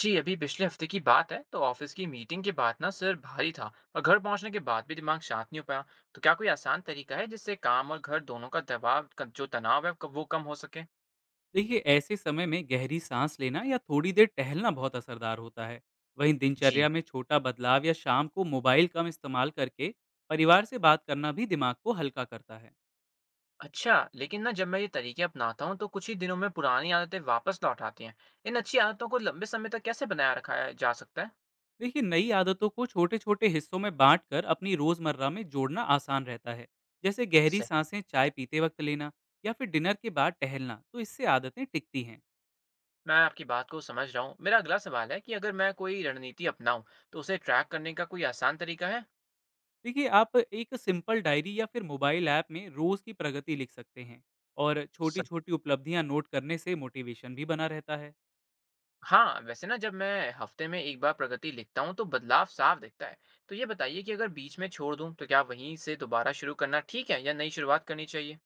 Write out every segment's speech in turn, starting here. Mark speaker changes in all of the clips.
Speaker 1: जी। अभी पिछले हफ्ते की बात है, तो ऑफिस की मीटिंग के बाद ना सर भारी था, और घर पहुंचने के बाद भी दिमाग शांत नहीं हो पाया। तो क्या कोई आसान तरीका है जिससे काम और घर दोनों का दबाव, का जो तनाव है वो कम हो सके?
Speaker 2: देखिए, ऐसे समय में गहरी सांस लेना या थोड़ी देर टहलना बहुत असरदार होता है। वहीं
Speaker 1: जी।
Speaker 2: दिनचर्या में छोटा बदलाव या शाम को मोबाइल कम इस्तेमाल करके परिवार से बात करना भी दिमाग को हल्का करता है।
Speaker 1: अच्छा, लेकिन ना जब मैं ये तरीके अपनाता हूँ तो कुछ ही दिनों में पुरानी आदतें वापस लौट आती हैं। इन अच्छी आदतों को लंबे समय तक कैसे बनाए जा सकता है?
Speaker 2: देखिए, नई आदतों को छोटे छोटे हिस्सों में बांटकर अपनी रोजमर्रा में जोड़ना आसान रहता है। जैसे गहरी
Speaker 1: सही।
Speaker 2: सांसें चाय पीते वक्त लेना या फिर डिनर के बाद टहलना, तो इससे आदतें टिकती हैं।
Speaker 1: मैं आपकी बात को समझ रहा हूँ। मेरा अगला सवाल है कि अगर मैं कोई रणनीति अपनाऊं, तो उसे ट्रैक करने का कोई आसान तरीका
Speaker 2: देखिए, आप एक सिंपल डायरी या फिर मोबाइल ऐप में रोज की प्रगति लिख सकते हैं और
Speaker 1: है?
Speaker 2: छोटी छोटी उपलब्धियां नोट करने से मोटिवेशन भी बना रहता है।
Speaker 1: हाँ, वैसे ना जब मैं हफ्ते में एक बार प्रगति लिखता हूँ तो बदलाव साफ दिखता है। तो ये बताइए कि अगर बीच में छोड़ दूँ तो क्या वहीं से दोबारा शुरू करना ठीक है, या नई शुरुआत करनी चाहिए?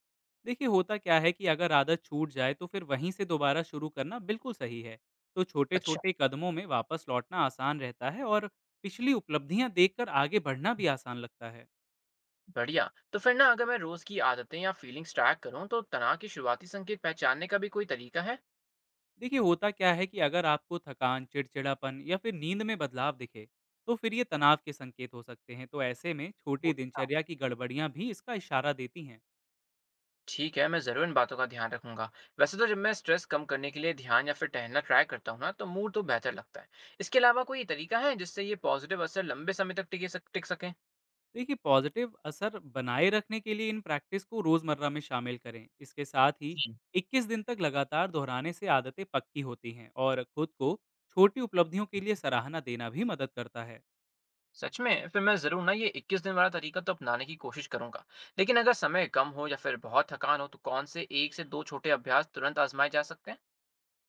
Speaker 2: देखिए, होता क्या है कि अगर आदत छूट जाए तो फिर वहीं से दोबारा शुरू करना बिल्कुल सही है। तो छोटे
Speaker 1: अच्छा।
Speaker 2: छोटे कदमों में वापस लौटना आसान रहता है और पिछली उपलब्धियां देखकर आगे बढ़ना भी आसान लगता है।
Speaker 1: बढ़िया, तो फिर ना अगर मैं रोज की आदतें या फीलिंग्स ट्रैक करूँ तो तनाव के शुरुआती संकेत पहचानने का भी कोई तरीका है?
Speaker 2: देखिए, होता क्या है कि अगर आपको थकान, चिड़चिड़ापन या फिर नींद में बदलाव दिखे, तो फिर ये तनाव के संकेत हो सकते हैं। तो ऐसे में
Speaker 1: वो
Speaker 2: छोटी
Speaker 1: था।
Speaker 2: दिनचर्या की गड़बड़ियां भी इसका इशारा देती हैं।
Speaker 1: ठीक है, मैं जरूर इन बातों का ध्यान रखूंगा। वैसे तो जब मैं स्ट्रेस कम करने के लिए ध्यान या फिर टहलना ट्राई करता हूँ ना तो मूड तो बेहतर लगता है। इसके अलावा कोई तरीका है जिससे ये पॉजिटिव असर लंबे समय तक टिक सके?
Speaker 2: देखिए, पॉजिटिव असर बनाए रखने के लिए इन प्रैक्टिस को रोजमर्रा में शामिल करें। इसके साथ ही 21 दिन तक लगातार दोहराने से आदतें पक्की होती हैं और खुद को छोटी उपलब्धियों के लिए सराहना देना भी मदद करता है।
Speaker 1: सच में, फिर मैं ज़रूर ना ये 21 दिन वाला तरीका तो अपनाने की कोशिश करूंगा। लेकिन अगर समय कम हो या फिर बहुत थकान हो तो कौन से एक से दो छोटे अभ्यास तुरंत आजमाए जा सकते हैं?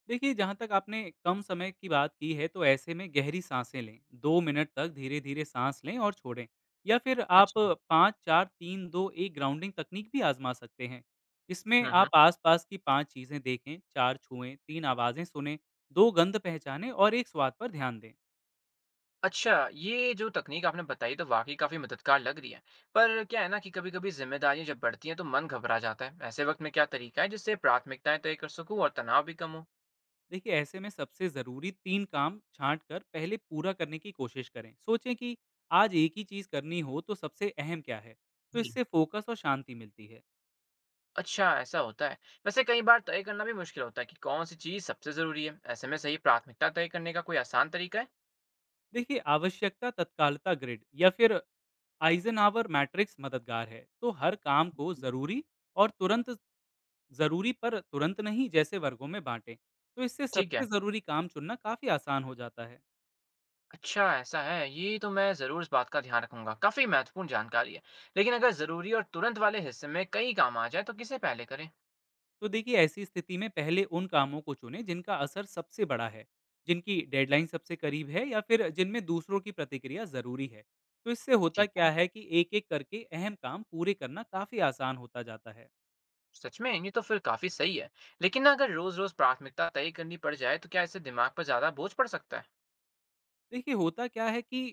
Speaker 2: देखिए, जहाँ तक आपने कम समय की बात की है, तो ऐसे में गहरी साँसें लें। 2 मिनट तक धीरे-धीरे साँस लें और छोड़ें, या फिर आप
Speaker 1: अच्छा।
Speaker 2: 5-4-3-2-1 ग्राउंडिंग तकनीक भी आज़मा सकते हैं। इसमें
Speaker 1: हम्म। हम्म।
Speaker 2: आप आस-पास की 5 चीज़ें देखें, 4 छुएँ, 3 आवाज़ें सुनें, 2 गंध पहचानें और 1 स्वाद पर ध्यान दें।
Speaker 1: अच्छा, ये जो तकनीक आपने बताई तो वाकई काफ़ी मददगार लग रही है। पर क्या है ना कि कभी कभी जिम्मेदारियां जब बढ़ती हैं तो मन घबरा जाता है। ऐसे वक्त में क्या तरीका है जिससे प्राथमिकताएं तय कर सकूं और तनाव भी कम हो?
Speaker 2: देखिए, ऐसे में सबसे ज़रूरी 3 काम छाँट कर पहले पूरा करने की कोशिश करें। सोचें कि आज एक ही चीज़ करनी हो, तो सबसे अहम क्या है? तो
Speaker 1: जी।
Speaker 2: इससे फ़ोकस और शांति मिलती है।
Speaker 1: अच्छा, ऐसा होता है। वैसे कई बार तय करना भी मुश्किल होता है कि कौन सी चीज़ सबसे ज़रूरी है। ऐसे में सही प्राथमिकता तय करने का कोई आसान तरीका है?
Speaker 2: देखिए, आवश्यकता तत्कालता ग्रिड या फिर आइजनहावर मैट्रिक्स मददगार है। तो हर काम को जरूरी और तुरंत, जरूरी पर तुरंत नहीं जैसे वर्गों में बांटें। तो इससे
Speaker 1: ठीक है।
Speaker 2: सबसे जरूरी काम चुनना काफी आसान हो जाता है।
Speaker 1: अच्छा, ऐसा है? ये तो मैं ज़रूर इस बात का ध्यान रखूंगा। काफ़ी महत्वपूर्ण जानकारी है। लेकिन अगर ज़रूरी और तुरंत वाले हिस्से में कई काम आ जाए तो किसे पहले करें?
Speaker 2: तो देखिए, ऐसी स्थिति में पहले उन कामों को चुनें जिनका असर सबसे बड़ा है, जिनकी डेडलाइन सबसे करीब है या फिर जिनमें दूसरों की प्रतिक्रिया जरूरी है। तो इससे होता
Speaker 1: ठीक है।
Speaker 2: क्या है कि एक एक करके अहम काम पूरे करना काफी आसान होता जाता है।
Speaker 1: सच में, ये तो फिर काफ़ी सही है। लेकिन ना अगर रोज़ रोज़ प्राथमिकता तय करनी पड़ जाए तो क्या इससे दिमाग पर ज़्यादा बोझ पड़ सकता है?
Speaker 2: देखिए, होता क्या है कि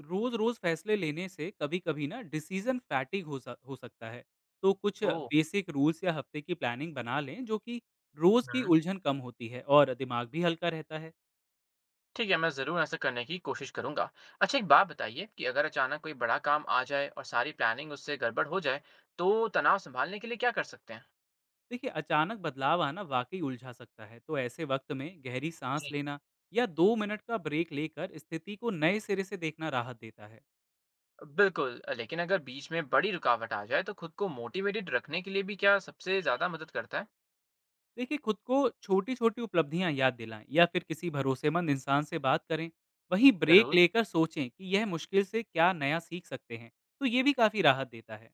Speaker 2: रोज-रोज फैसले लेने से कभी-कभी ना डिसीजन फैटिग हो सकता है। तो कुछ
Speaker 1: ओह।
Speaker 2: बेसिक रूल्स या हफ्ते की प्लानिंग बना लें जो कि रोज़ की
Speaker 1: हम्म।
Speaker 2: उलझन कम होती है और दिमाग भी हल्का रहता है।
Speaker 1: ठीक है, मैं ज़रूर ऐसा करने की कोशिश करूंगा। अच्छा, एक बात बताइए कि अगर अचानक कोई बड़ा काम आ जाए और सारी प्लानिंग उससे गड़बड़ हो जाए, तो तनाव संभालने के लिए क्या कर सकते हैं?
Speaker 2: देखिए, अचानक बदलाव आना वाक़ई उलझा सकता है, तो ऐसे वक़्त में गहरी साँस लेना या 2 मिनट का ब्रेक लेकर स्थिति को नए सिरे से देखना राहत देता है।
Speaker 1: बिल्कुल। लेकिन अगर बीच में बड़ी रुकावट आ जाए तो खुद को मोटिवेटेड रखने के लिए भी क्या सबसे ज़्यादा मदद करता है?
Speaker 2: देखिए, खुद को छोटी-छोटी उपलब्धियाँ याद दिलाएँ या फिर किसी भरोसेमंद इंसान से बात करें। वहीं ब्रेक
Speaker 1: ज़रूर।
Speaker 2: लेकर सोचें कि यह मुश्किल से क्या नया सीख सकते हैं, तो ये भी काफ़ी राहत देता है।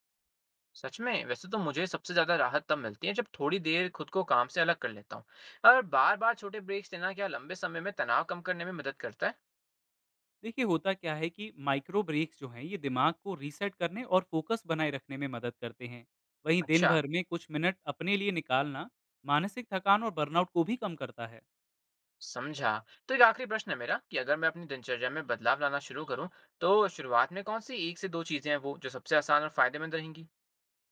Speaker 1: सच में। वैसे तो मुझे सबसे ज़्यादा राहत तब मिलती है जब थोड़ी देर खुद को काम से अलग कर लेता हूँ। और बार-बार छोटे ब्रेक्स लेना क्या लंबे समय में तनाव कम करने में मदद करता है?
Speaker 2: देखिए, होता क्या है कि माइक्रो ब्रेक्स जो हैं ये दिमाग को रीसेट करने और फोकस बनाए रखने में मदद करते हैं। वहीं दिन
Speaker 1: अच्छा।
Speaker 2: भर में कुछ मिनट अपने लिए निकालना मानसिक थकान और बर्नआउट को भी कम करता है।
Speaker 1: समझा। तो एक आखिरी प्रश्न है मेरा कि अगर मैं अपनी दिनचर्या में बदलाव लाना शुरू करूँ, तो शुरुआत में कौन-सी 1 से 2 चीज़ें हैं वो जो सबसे आसान और फ़ायदेमंद रहेंगी?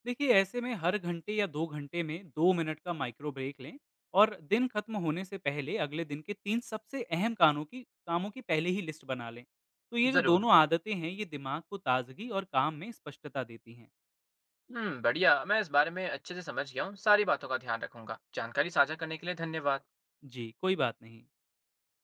Speaker 2: देखिए, ऐसे में हर घंटे या 2 घंटे में 2 मिनट का माइक्रो ब्रेक लें और दिन खत्म होने से पहले अगले दिन के 3 सबसे अहम कानों की कामों की पहले ही लिस्ट बना लें। तो ये जो
Speaker 1: ज़रूर।
Speaker 2: दोनों आदतें हैं ये दिमाग को ताजगी और काम में स्पष्टता देती हैं।
Speaker 1: बढ़िया। मैं इस बारे में अच्छे से समझ गया हूँ। सारी बातों का ध्यान रखूँगा। जानकारी साझा करने के लिए धन्यवाद।
Speaker 2: जी, कोई बात नहीं।